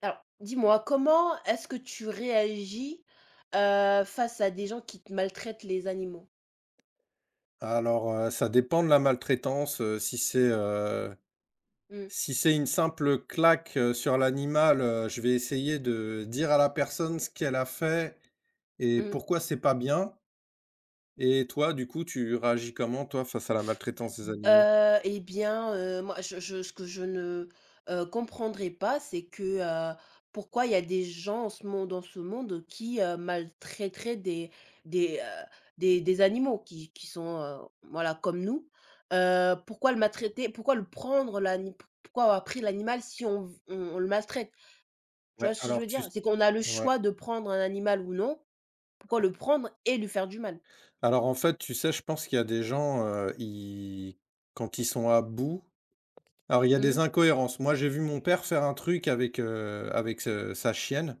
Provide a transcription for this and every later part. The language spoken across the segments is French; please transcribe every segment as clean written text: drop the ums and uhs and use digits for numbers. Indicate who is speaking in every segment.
Speaker 1: Alors, dis-moi, comment est-ce que tu réagis, face à des gens qui te maltraitent les animaux?
Speaker 2: Alors, ça dépend de la maltraitance, si c'est,
Speaker 1: Mmh,
Speaker 2: une simple claque, sur l'animal, je vais essayer de dire à la personne ce qu'elle a fait et
Speaker 1: mmh.
Speaker 2: pourquoi c'est pas bien. Et toi, du coup, tu réagis comment, toi, face à la maltraitance des, mmh, animaux?
Speaker 1: Eh bien, moi, je, ce que je ne, comprendrais pas, c'est que, heu, pourquoi il y a des gens en ce monde, dans ce monde qui, maltraiteraient des des, heu, des animaux qui sont, voilà, comme nous. Pourquoi le maltraiter? Pourquoi le prendre l'ani pourquoi avoir pris l'animal si on le maltraite? Tu
Speaker 2: Ouais,
Speaker 1: vois ce que je
Speaker 2: alors
Speaker 1: veux
Speaker 2: tu
Speaker 1: dire? C'est qu'on a le
Speaker 2: ouais.
Speaker 1: choix de prendre un animal ou non, pourquoi le prendre et lui faire du mal?
Speaker 2: Alors, en fait, tu sais, je pense qu'il y a des gens, ils quand ils sont à bout, alors il y a des
Speaker 1: Mmh.
Speaker 2: incohérences. Moi, j'ai vu mon père faire un truc avec, sa chienne.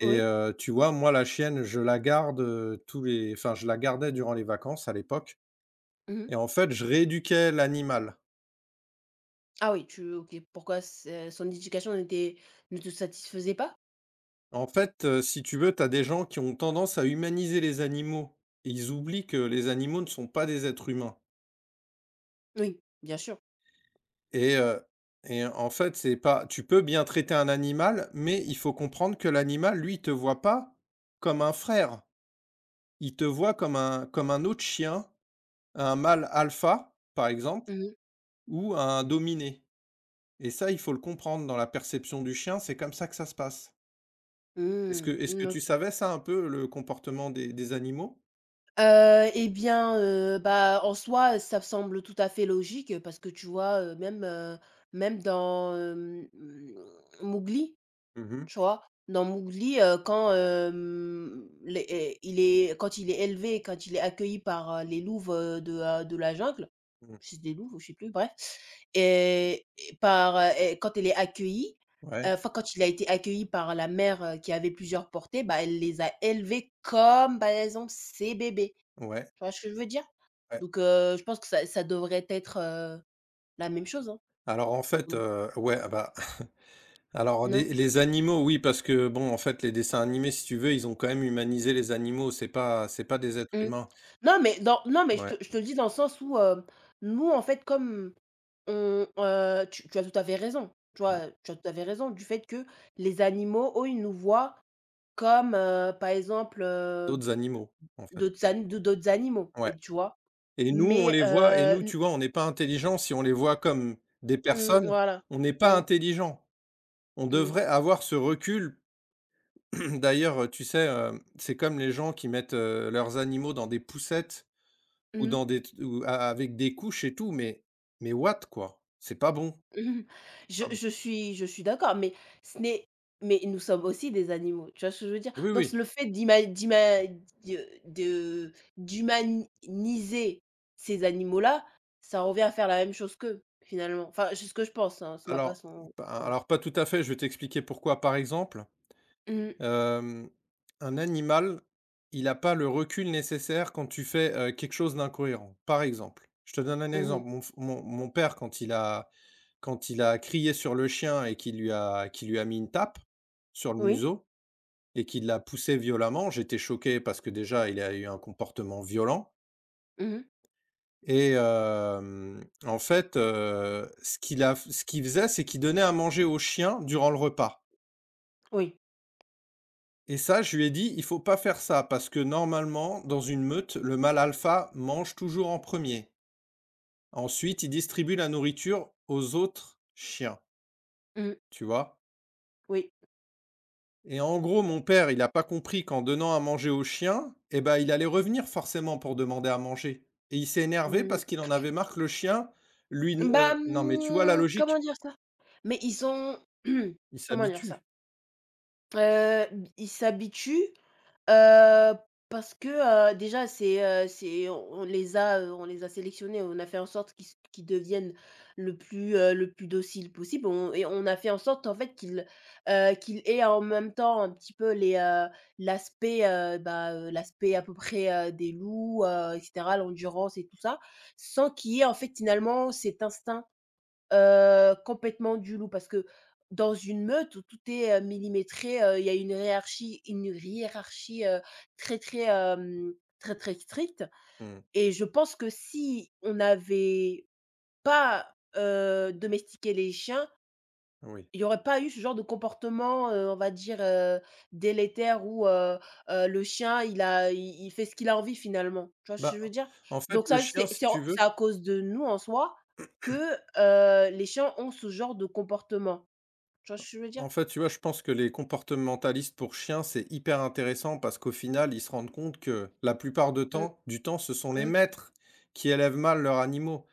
Speaker 2: Et heu, tu vois, moi, la chienne, je la garde, je la gardais durant les vacances à l'époque
Speaker 1: Mmh.
Speaker 2: et en fait, je rééduquais l'animal.
Speaker 1: Ah oui, tu OK. Pourquoi c'est son éducation n'était ne te satisfaisait pas?
Speaker 2: En fait, si tu veux, tu as des gens qui ont tendance à humaniser les animaux et ils oublient que les animaux ne sont pas des êtres humains
Speaker 1: Oui, bien sûr.
Speaker 2: et heu et en fait, c'est pas tu peux bien traiter un animal, mais il faut comprendre que l'animal, lui, il te voit pas comme un frère. Il te voit comme un autre chien, un mâle alpha, par exemple,
Speaker 1: Mmh mh.
Speaker 2: ou un dominé. Et ça, il faut le comprendre dans la perception du chien, c'est comme ça que ça se passe. Est-ce que
Speaker 1: Mmh.
Speaker 2: est-ce que
Speaker 1: Mmh,
Speaker 2: tu
Speaker 1: OK.
Speaker 2: savais ça un peu, le comportement des animaux?
Speaker 1: Et bien, bah, en soi, ça me semble tout à fait logique, parce que tu vois, même, même dans, Mowgli.
Speaker 2: Mmh mh.
Speaker 1: Tu vois? Dans Mowgli, quand, hem, les é il est quand il est élevé, quand il est accueilli par, les louves, de la jungle,
Speaker 2: Mmh.
Speaker 1: c'est des louves ou je sais plus, bref, et par, et quand
Speaker 2: Ouais,
Speaker 1: enfin quand il a été accueilli par la mère, qui avait plusieurs portées, bah, elle les a élevés comme, par exemple, ses bébés.
Speaker 2: ouais,
Speaker 1: Tu vois ce que je veux dire?
Speaker 2: ouais.
Speaker 1: Donc je pense que ça devrait être, la même chose, hein.
Speaker 2: Alors en fait,
Speaker 1: Mmh.
Speaker 2: ouais, ah bah, alors des
Speaker 1: Non?
Speaker 2: les animaux, oui, parce que bon, en fait, les dessins animés, si tu veux, ils ont quand même humanisé les animaux, c'est pas des êtres
Speaker 1: Mmh.
Speaker 2: humains.
Speaker 1: Non, mais je te
Speaker 2: Ouais,
Speaker 1: le dis dans le sens où, nous, en fait, comme on tu as tout à fait raison, tu
Speaker 2: ouais,
Speaker 1: vois? Tu as tout à fait raison du fait que les animaux, eux, ils nous voient comme, par exemple,
Speaker 2: d'autres animaux, en fait.
Speaker 1: d'autres ani de d'autres animaux
Speaker 2: Ouais.
Speaker 1: et tu vois?
Speaker 2: Et nous, on
Speaker 1: Mais
Speaker 2: les voit et nous, tu vois, on n'est pas intelligents si on les voit comme des
Speaker 1: mmh,
Speaker 2: personnes,
Speaker 1: voilà.
Speaker 2: on n'est pas
Speaker 1: Mmh,
Speaker 2: intelligents. On
Speaker 1: mmh.
Speaker 2: devrait avoir ce recul. D'ailleurs, tu sais, c'est comme les gens qui mettent, leurs animaux dans des poussettes ou
Speaker 1: Mmh.
Speaker 2: dans des t ou a avec des couches et tout, mais what quoi? C'est pas bon,
Speaker 1: Mmh.
Speaker 2: c'est pas bon.
Speaker 1: Je suis d'accord, mais ce n'est, mais nous sommes aussi des animaux, tu vois ce que je veux dire?
Speaker 2: Oui,
Speaker 1: Donc
Speaker 2: oui.
Speaker 1: le fait d'ima d'ima de de d'humaniser ces animaux-là, ça revient à faire la même chose qu'eux, finalement. Enfin, c'est ce que je pense, hein, c'est ma
Speaker 2: Alors
Speaker 1: façon.
Speaker 2: pas
Speaker 1: Voilà.
Speaker 2: alors pas tout à fait, je vais t'expliquer pourquoi. Par exemple,
Speaker 1: Mmh mh.
Speaker 2: hem, un animal, il a pas le recul nécessaire quand tu fais, quelque chose d'incohérent. Par exemple, je te donne un
Speaker 1: Mmh.
Speaker 2: exemple, mon f mon mon père quand il a crié sur le chien et qu'il lui a qui lui a mis une tape sur le
Speaker 1: Oui.
Speaker 2: museau et qui l'a poussé violemment. J'étais choqué parce que déjà, il a eu un comportement violent
Speaker 1: Mmh.
Speaker 2: et en fait, ce qu'il faisait, c'est qu'il donnait à manger aux chiens durant le repas.
Speaker 1: Oui.
Speaker 2: Et ça, je lui ai dit: «Il faut pas faire ça parce que normalement, dans une meute, le mâle alpha mange toujours en premier. Ensuite, il distribue la nourriture aux autres chiens»,
Speaker 1: Mmh.
Speaker 2: tu vois?
Speaker 1: Oui.
Speaker 2: Et en gros, mon père, il n'a pas compris qu'en donnant à manger au chien, eh ben, il allait revenir forcément pour demander à manger. Et il s'est énervé
Speaker 1: Mmh.
Speaker 2: parce qu'il en avait marre que le chien, lui,
Speaker 1: Bah,
Speaker 2: non, mais tu vois la logique?
Speaker 1: comment dire ça? Mais ils ont
Speaker 2: Il
Speaker 1: comment dire ça?
Speaker 2: s'habitue.
Speaker 1: Heu, ils s'habituent, Heu, parce que, déjà c'est on les a, on les a sélectionnés, on a fait en sorte qu'ils deviennent le plus docile possible. On, et on a fait en sorte en fait qu'ils, qu'ils aient en même temps un petit peu les, l'aspect, l'aspect à peu près, des loups, et cetera, l'endurance et tout ça, sans qu'il y ait en fait finalement cet instinct, complètement du loup, parce que dans une meute où tout est, millimétré, il y a une hiérarchie, très très, très très stricte,
Speaker 2: Mmh,
Speaker 1: et je pense que si on n'avait pas, domestiqué les chiens,
Speaker 2: oui.
Speaker 1: il y aurait pas eu ce genre de comportement, on va dire, délétère où, le chien il il fait ce qu'il a envie finalement. Tu vois ce que
Speaker 2: Bah,
Speaker 1: je veux dire?
Speaker 2: en fait,
Speaker 1: Donc
Speaker 2: le
Speaker 1: ça veut dire que
Speaker 2: chien, si tu veux.
Speaker 1: c'est à cause de nous en soi que, les chiens ont ce genre de comportement. Tu vois ce que je veux dire?
Speaker 2: En fait, tu vois, je pense que les comportementalistes pour chiens, c'est hyper intéressant parce qu'au final, ils se rendent compte que la plupart de
Speaker 1: Mmh,
Speaker 2: temps, du temps, ce sont les
Speaker 1: mmh,
Speaker 2: maîtres qui élèvent mal leurs animaux.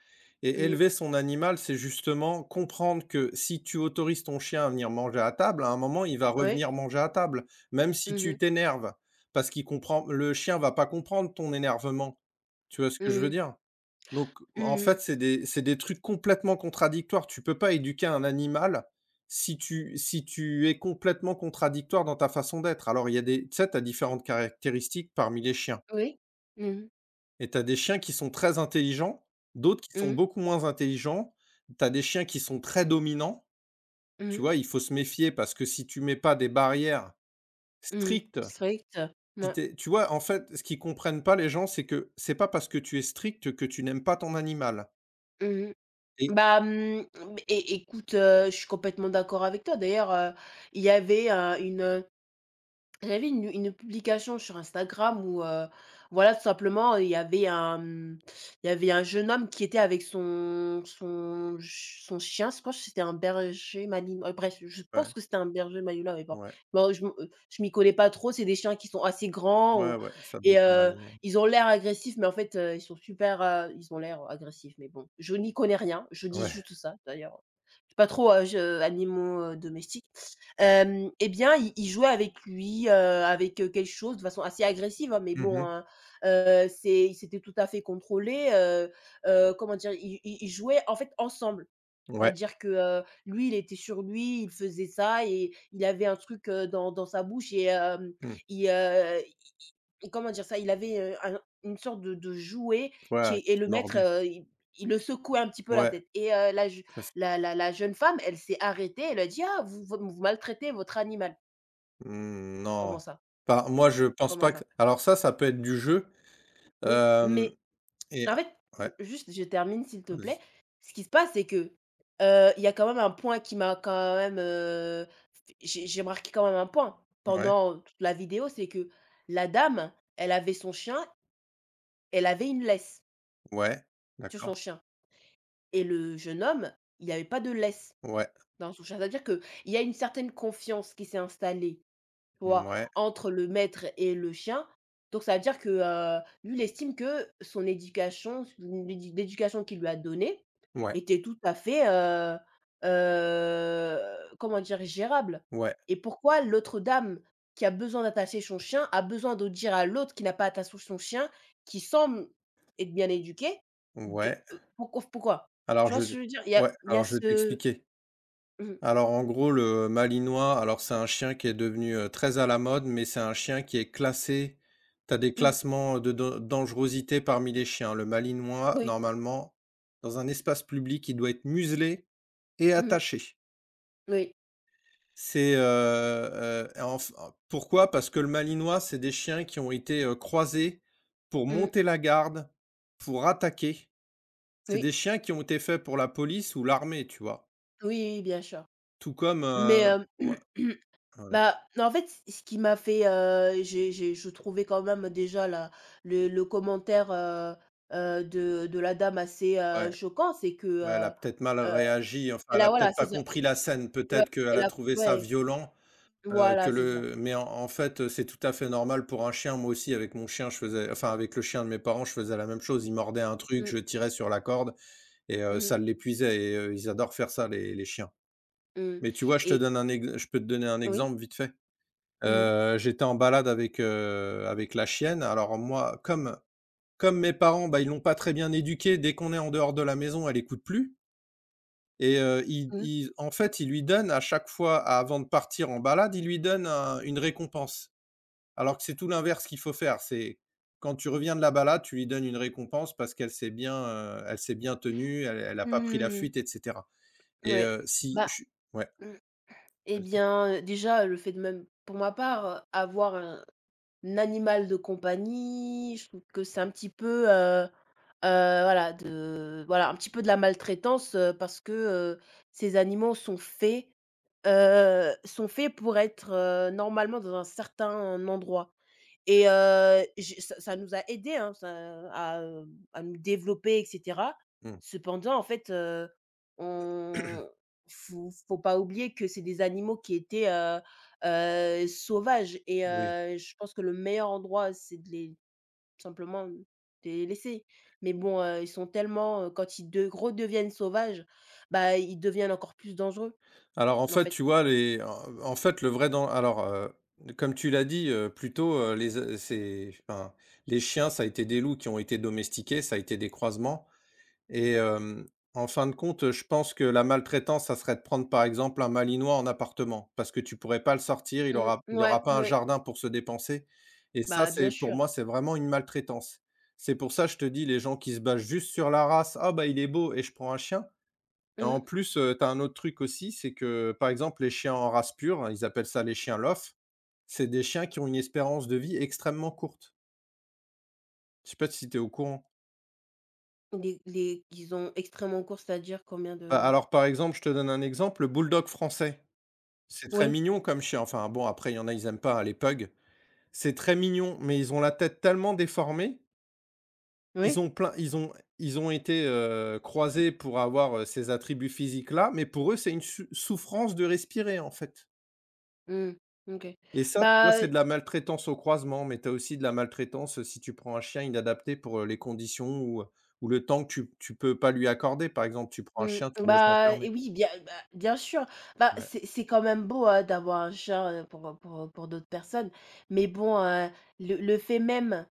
Speaker 2: Et
Speaker 1: mmh.
Speaker 2: élever son animal, c'est justement comprendre que si tu autorises ton chien à venir manger à table, à un moment, il va
Speaker 1: Oui.
Speaker 2: revenir manger à table, même si
Speaker 1: Mmh mh.
Speaker 2: tu t'énerves, parce qu'il comprend, le chien va pas comprendre ton énervement. Tu vois ce que je veux
Speaker 1: Mmh.
Speaker 2: dire? Donc en
Speaker 1: Mmh.
Speaker 2: fait, c'est des trucs complètement contradictoires. Tu peux pas éduquer un animal si tu es complètement contradictoire dans ta façon d'être. Alors il y a des tu sais, tu as différentes caractéristiques parmi les chiens
Speaker 1: Oui. Mmh mh.
Speaker 2: et tu as des chiens qui sont très intelligents, d'autres qui sont
Speaker 1: Mmh mh.
Speaker 2: beaucoup moins intelligents. Tu as des chiens qui sont très dominants, tu vois? Il faut se méfier parce que si tu mets pas des barrières
Speaker 1: Mmh.
Speaker 2: strictes,
Speaker 1: Strict.
Speaker 2: si
Speaker 1: Mouais.
Speaker 2: tu tu vois, en fait, ce qu'ils comprennent pas les gens, c'est que c'est pas parce que tu es strict que tu n'aimes pas ton animal
Speaker 1: Mmh.
Speaker 2: et
Speaker 1: Bah, mmh, é écoute, je suis complètement d'accord avec toi. D'ailleurs, il y avait, une, j'avais une publication sur Instagram où, voilà, tout simplement, il y avait un, il y avait un jeune homme qui était avec son chien. Je pense que c'était un berger malinois, bref, je pense
Speaker 2: ouais,
Speaker 1: que c'était un berger malinois, mais bon.
Speaker 2: ouais.
Speaker 1: Bon, je m'y connais pas trop, c'est des chiens qui sont assez grands,
Speaker 2: Ouais,
Speaker 1: on,
Speaker 2: ouais, ça doit
Speaker 1: et
Speaker 2: être un malinois.
Speaker 1: ils ont l'air agressifs, mais en fait, ils ont l'air agressifs, mais bon, je n'y connais rien, je dis
Speaker 2: Ouais.
Speaker 1: juste ça, d'ailleurs. Je suis pas trop, je animaux, domestiques. Hem Et bien, il jouait avec lui, avec, quelque chose de façon assez agressive, hein, mais
Speaker 2: Mmh
Speaker 1: bon,
Speaker 2: mh.
Speaker 1: hein, c'était tout à fait contrôlé, comment dire? Ils jouaient, en fait, ensemble.
Speaker 2: Ouais.
Speaker 1: C'est-à-dire que, lui, il était sur lui, il faisait ça et il avait un truc, dans sa bouche et hem,
Speaker 2: Mmh.
Speaker 1: il, i comment dire ça? Il avait, un une sorte de jouet qui,
Speaker 2: Ouais,
Speaker 1: et
Speaker 2: qui
Speaker 1: le maître,
Speaker 2: mordait.
Speaker 1: il le secouait un petit peu la
Speaker 2: Ouais,
Speaker 1: tête et la je
Speaker 2: classique.
Speaker 1: la la la jeune femme, elle s'est arrêtée, elle a dit: «Ah, vous maltraitez votre animal».
Speaker 2: Mmh,
Speaker 1: «Comment
Speaker 2: non.
Speaker 1: ça?
Speaker 2: Enfin, moi, je pense
Speaker 1: Comment
Speaker 2: pas que
Speaker 1: ça?»
Speaker 2: ça, ça peut être du jeu,
Speaker 1: «Oui, mais.»
Speaker 2: hem et
Speaker 1: En fait,
Speaker 2: ouais,
Speaker 1: je termine s'il te plaît.
Speaker 2: vas-y.
Speaker 1: Ce qui se passe, c'est que, il y a quand même un point qui m'a quand même, f j'ai marqué quand même un point
Speaker 2: Ouais,
Speaker 1: pendant toute la vidéo, c'est que la dame, elle avait son chien, elle avait une laisse
Speaker 2: ouais,
Speaker 1: sur son
Speaker 2: d'accord.
Speaker 1: chien, et le jeune homme, il y avait pas de laisse
Speaker 2: Ouais,
Speaker 1: dans son chien. C'est-à-dire qu'il y a une certaine confiance qui s'est installée. Tu vois?
Speaker 2: mouais,
Speaker 1: Entre le maître et le chien. Donc ça veut dire que, lui, il estime que son éducation, l'éducation qu'il lui a donnée
Speaker 2: ouais,
Speaker 1: était tout à fait, comment dire? Gérable.
Speaker 2: ouais,
Speaker 1: Et pourquoi l'autre dame qui a besoin d'attacher son chien a besoin de dire à l'autre qui n'a pas attaché son chien, qui semble être bien éduqué, de,
Speaker 2: ouais.
Speaker 1: pourquoi?
Speaker 2: Alors
Speaker 1: Tu vois
Speaker 2: je
Speaker 1: ce que
Speaker 2: vais
Speaker 1: je veux dire? Il y a
Speaker 2: ouais,
Speaker 1: il y
Speaker 2: alors
Speaker 1: a
Speaker 2: je vais
Speaker 1: ce
Speaker 2: t'expliquer.
Speaker 1: mmh
Speaker 2: Alors en gros, le malinois, alors c'est un chien qui est devenu, très à la mode, mais c'est un chien qui est classé tu as des
Speaker 1: mh, mmh,
Speaker 2: classements de dangerosité parmi les chiens. Le malinois,
Speaker 1: oui,
Speaker 2: normalement, dans un espace public, il doit être muselé et
Speaker 1: mmh,
Speaker 2: attaché.
Speaker 1: oui,
Speaker 2: C'est, enf pourquoi? Parce que le malinois, c'est des chiens qui ont été, croisés pour
Speaker 1: mmh,
Speaker 2: monter la garde, pour attaquer. C'est
Speaker 1: oui,
Speaker 2: des chiens qui ont été faits pour la police ou l'armée, tu vois?
Speaker 1: oui, oui, bien sûr.
Speaker 2: Tout comme,
Speaker 1: Mais
Speaker 2: heu ouais, voilà,
Speaker 1: bah, en fait, c ce qui m'a fait, j'ai je trouvais quand même déjà la le commentaire, de la dame assez,
Speaker 2: ouais.
Speaker 1: choquant, c'est que,
Speaker 2: Ouais, elle a peut-être mal
Speaker 1: heu,
Speaker 2: réagi, enfin,
Speaker 1: elle
Speaker 2: elle
Speaker 1: a,
Speaker 2: a
Speaker 1: voilà,
Speaker 2: peut-être pas
Speaker 1: c'est ça.
Speaker 2: compris la scène,
Speaker 1: Ouais,
Speaker 2: peut-être qu'elle
Speaker 1: elle
Speaker 2: a
Speaker 1: a,
Speaker 2: trouvé ça
Speaker 1: ouais,
Speaker 2: violent, que
Speaker 1: voilà, c'est ça.
Speaker 2: le mais en fait, c'est tout à fait normal pour un chien. Moi aussi, avec mon chien, je faisais enfin, avec le chien de mes parents, je faisais la même chose. Il mordait un truc,
Speaker 1: Mmh,
Speaker 2: je tirais sur la corde et
Speaker 1: mmh,
Speaker 2: ça l'épuisait et ils adorent faire ça les chiens.
Speaker 1: mmh,
Speaker 2: Mais tu vois,
Speaker 1: et
Speaker 2: je peux te donner un
Speaker 1: oui?
Speaker 2: exemple vite fait.
Speaker 1: Mmh,
Speaker 2: J'étais en balade avec, avec la chienne. Alors moi, comme mes parents, bah, ils l'ont pas très bien éduquée, dès qu'on est en dehors de la maison, elle écoute plus. Et
Speaker 1: mmh.
Speaker 2: il en fait, il lui donne à chaque fois avant de partir en balade, il lui donne un une récompense. Alors que c'est tout l'inverse qu'il faut faire. C'est quand tu reviens de la balade, tu lui donnes une récompense parce qu'elle s'est bien, elle s'est bien tenue, elle n'a pas pris la
Speaker 1: Mmh,
Speaker 2: fuite et cetera. Et
Speaker 1: ouais.
Speaker 2: si
Speaker 1: Bah,
Speaker 2: je ouais,
Speaker 1: mmh, eh
Speaker 2: vas-y.
Speaker 1: bien, déjà, le fait de, même pour ma part, avoir un animal de compagnie, je trouve que c'est un petit peu, heu, voilà, de voilà un petit peu de la maltraitance, parce que, ces animaux sont faits pour être, normalement dans un certain endroit, et j'ai ça ça nous a aidés, hein, ça à nous développer et cetera.
Speaker 2: Mmh,
Speaker 1: Cependant, en fait, on faut pas oublier que c'est des animaux qui étaient, sauvages, et
Speaker 2: oui.
Speaker 1: je pense que le meilleur endroit, c'est de les, simplement de les laisser. Mais bon, ils sont tellement, quand ils de redeviennent sauvages, bah, ils deviennent encore plus dangereux,
Speaker 2: Alors en
Speaker 1: en
Speaker 2: fait,
Speaker 1: fait.
Speaker 2: tu vois les en en fait, le vrai dan alors, comme tu l'as dit, plus tôt, les a c'est enfin, les chiens, ça a été des loups qui ont été domestiqués, ça a été des croisements. Et en fin de compte, je pense que la maltraitance, ça serait de prendre, par exemple, un malinois en appartement parce que tu pourrais pas le sortir,
Speaker 1: Mmh,
Speaker 2: il
Speaker 1: ouais,
Speaker 2: aura pas un
Speaker 1: mouais,
Speaker 2: jardin pour se dépenser et ça,
Speaker 1: bah,
Speaker 2: c'est
Speaker 1: bien
Speaker 2: pour
Speaker 1: sûr.
Speaker 2: moi, c'est vraiment une maltraitance. C'est pour ça, je te dis, les gens qui se basent juste sur la race: «Ah bah, il est beau et je prends un chien» et en
Speaker 1: Mmh.
Speaker 2: plus, tu as un autre truc aussi, c'est que, par exemple, les chiens en race pure, hein, ils appellent ça les chiens Loff, c'est des chiens qui ont une espérance de vie extrêmement courte. Je sais pas si tu es au courant?
Speaker 1: Les qu'ils ont extrêmement courts, c'est-à-dire combien
Speaker 2: Bah,
Speaker 1: de,
Speaker 2: alors, par exemple, je te donne un exemple, le bulldog français. C'est très
Speaker 1: oui,
Speaker 2: mignon comme chien. Enfin bon, après il y en a, ils aiment pas, les pugs. C'est très mignon, mais ils ont la tête tellement déformée, ils
Speaker 1: oui?
Speaker 2: ont plein ils ont été, croisés pour avoir, ces attributs physiques-là, mais pour eux, c'est une su souffrance de respirer, en fait.
Speaker 1: Mmh, OK.
Speaker 2: Et ça, tu vois,
Speaker 1: Bah.
Speaker 2: c'est de la maltraitance au croisement, mais tu as aussi de la maltraitance, si tu prends un chien inadapté pour, les conditions ou le temps que tu peux pas lui accorder. Par exemple, tu prends un
Speaker 1: Mmh,
Speaker 2: chien, tu le laisses
Speaker 1: bah
Speaker 2: enfermé.
Speaker 1: et oui, bien, bah, bien sûr. Bah,
Speaker 2: Ouais.
Speaker 1: c'est quand même beau, hein, d'avoir un chien, pour, pour d'autres personnes. Mais bon, le fait même,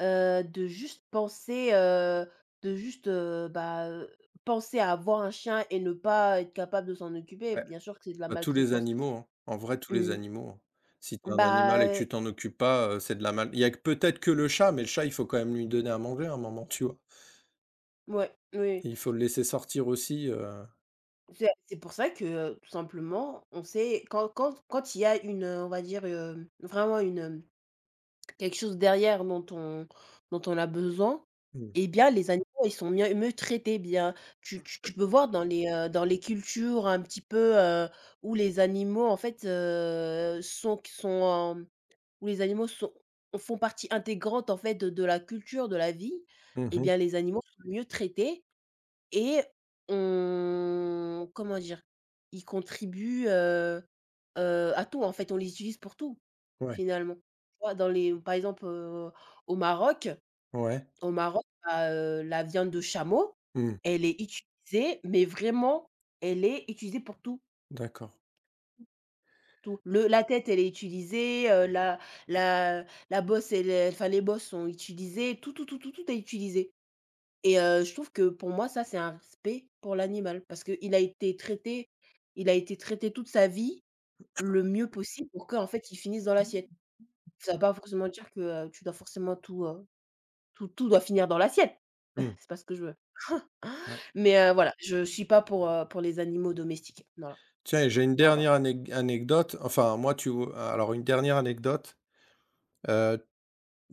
Speaker 1: de juste penser, de juste, penser à avoir un chien et ne pas être capable de s'en occuper, bien sûr que c'est de la
Speaker 2: Bah, tous les
Speaker 1: maltraitance.
Speaker 2: animaux, hein. En vrai, tous les
Speaker 1: Mmh.
Speaker 2: animaux, hein. Si tu as un
Speaker 1: Bah,
Speaker 2: animal et que tu t'en occupes pas, c'est de la mal il y a que peut-être que le chat, mais le chat, il faut quand même lui donner à manger à un moment, tu vois?
Speaker 1: ouais, oui.
Speaker 2: Il faut le laisser sortir aussi,
Speaker 1: C'est pour ça que, tout simplement, on sait quand il y a une, on va dire, vraiment une, quelque chose derrière dont on, dont on a besoin,
Speaker 2: mmh.
Speaker 1: eh bien les animaux, ils sont mieux traités, bien. Tu peux voir dans les cultures un petit peu, où les animaux en fait, sont qui sont, hem, où les animaux sont, font partie intégrante en fait de la culture, de la vie,
Speaker 2: Mmh
Speaker 1: eh
Speaker 2: mh.
Speaker 1: bien les animaux sont mieux traités et on, comment dire? Ils contribuent, à tout, en fait, on les utilise pour tout,
Speaker 2: Ouais,
Speaker 1: finalement. Tu vois? Dans les, par exemple, au Maroc
Speaker 2: ouais.
Speaker 1: au Maroc, bah, la viande de chameau,
Speaker 2: Mmh.
Speaker 1: elle est utilisée, mais vraiment, elle est utilisée pour tout,
Speaker 2: D'accord.
Speaker 1: tout. Le La tête, elle est utilisée, la bosse, elle est, enfin, les bosses sont utilisées, tout, tout, tout, tout, tout est utilisé. Et je trouve que pour moi ça c'est un respect pour l'animal parce qu'il a été traité, toute sa vie le mieux possible pour qu'en fait il finisse dans l'assiette. Ça ne veut pas forcément dire que, tu dois forcément tout, tout doit finir dans l'assiette.
Speaker 2: Mmh.
Speaker 1: C'est pas ce que je veux.
Speaker 2: Ouais.
Speaker 1: Mais voilà, je suis pas pour, pour les animaux domestiques. Voilà.
Speaker 2: Tiens et j'ai une
Speaker 1: Voilà, voilà.
Speaker 2: dernière anecdote, enfin moi, tu vois alors une dernière anecdote, heu,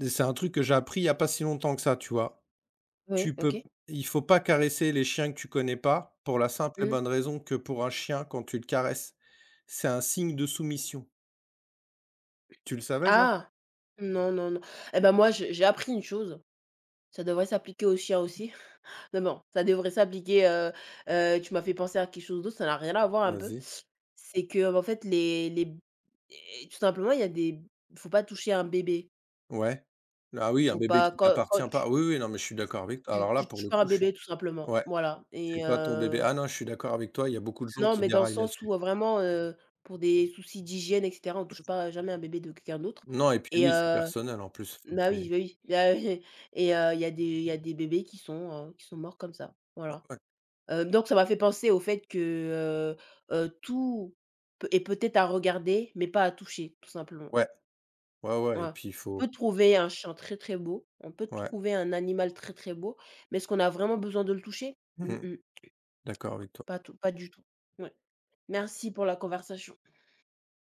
Speaker 2: c'est un truc que j'ai appris il y a pas si longtemps que ça, tu vois?
Speaker 1: Oui,
Speaker 2: Tu peux
Speaker 1: OK.
Speaker 2: Il faut pas caresser les chiens que tu connais pas, pour la simple et
Speaker 1: Mmh.
Speaker 2: bonne raison que pour un chien, quand tu le caresses, c'est un signe de soumission. Tu le savais ça?
Speaker 1: Ah! Non, non, non. Et ben moi, je j'ai appris une chose, ça devrait s'appliquer aux chiens aussi. Non, non, ça devrait s'appliquer, tu m'as fait penser à quelque chose d'autre, ça n'a rien à voir un peu.
Speaker 2: Vas-y.
Speaker 1: C'est que, en fait, les et tout simplement, il y a des faut pas toucher un bébé.
Speaker 2: Ouais. Ah oui, un
Speaker 1: Faut
Speaker 2: bébé
Speaker 1: pas,
Speaker 2: qui
Speaker 1: quand
Speaker 2: t'appartient pas. Oui, oui, non, mais je suis d'accord avec toi. Alors là,
Speaker 1: tu
Speaker 2: pour
Speaker 1: touches
Speaker 2: le
Speaker 1: pas un
Speaker 2: coup, je suis
Speaker 1: bébé tout simplement,
Speaker 2: ouais,
Speaker 1: voilà,
Speaker 2: c'est
Speaker 1: et
Speaker 2: pas ton bébé. Ah non, je suis d'accord avec toi, il y a beaucoup de gens
Speaker 1: non,
Speaker 2: qui
Speaker 1: mais dans le
Speaker 2: déraillent
Speaker 1: sens
Speaker 2: là-dessus.
Speaker 1: où, vraiment, pour des soucis d'hygiène et cetera, on touche pas jamais un bébé de quelqu'un d'autre
Speaker 2: Non et puis
Speaker 1: et
Speaker 2: oui, c'est personnel en plus, enfin, c'est
Speaker 1: bah oui, et il y a des bébés qui sont morts comme ça, voilà. Donc ça m'a fait penser au fait que, tout peut est peut-être à regarder, mais pas à toucher, tout simplement.
Speaker 2: ouais, ouais, ouais, ouais et
Speaker 1: Ouais.
Speaker 2: puis il
Speaker 1: On
Speaker 2: faut
Speaker 1: peut trouver un chien très, très beau, on peut
Speaker 2: ouais,
Speaker 1: trouver un animal très, très beau, mais est-ce qu'on a vraiment besoin de le toucher? Mmh
Speaker 2: mmh
Speaker 1: mh.
Speaker 2: d'accord avec toi.
Speaker 1: Pas du tout. Ouais. Merci pour la conversation.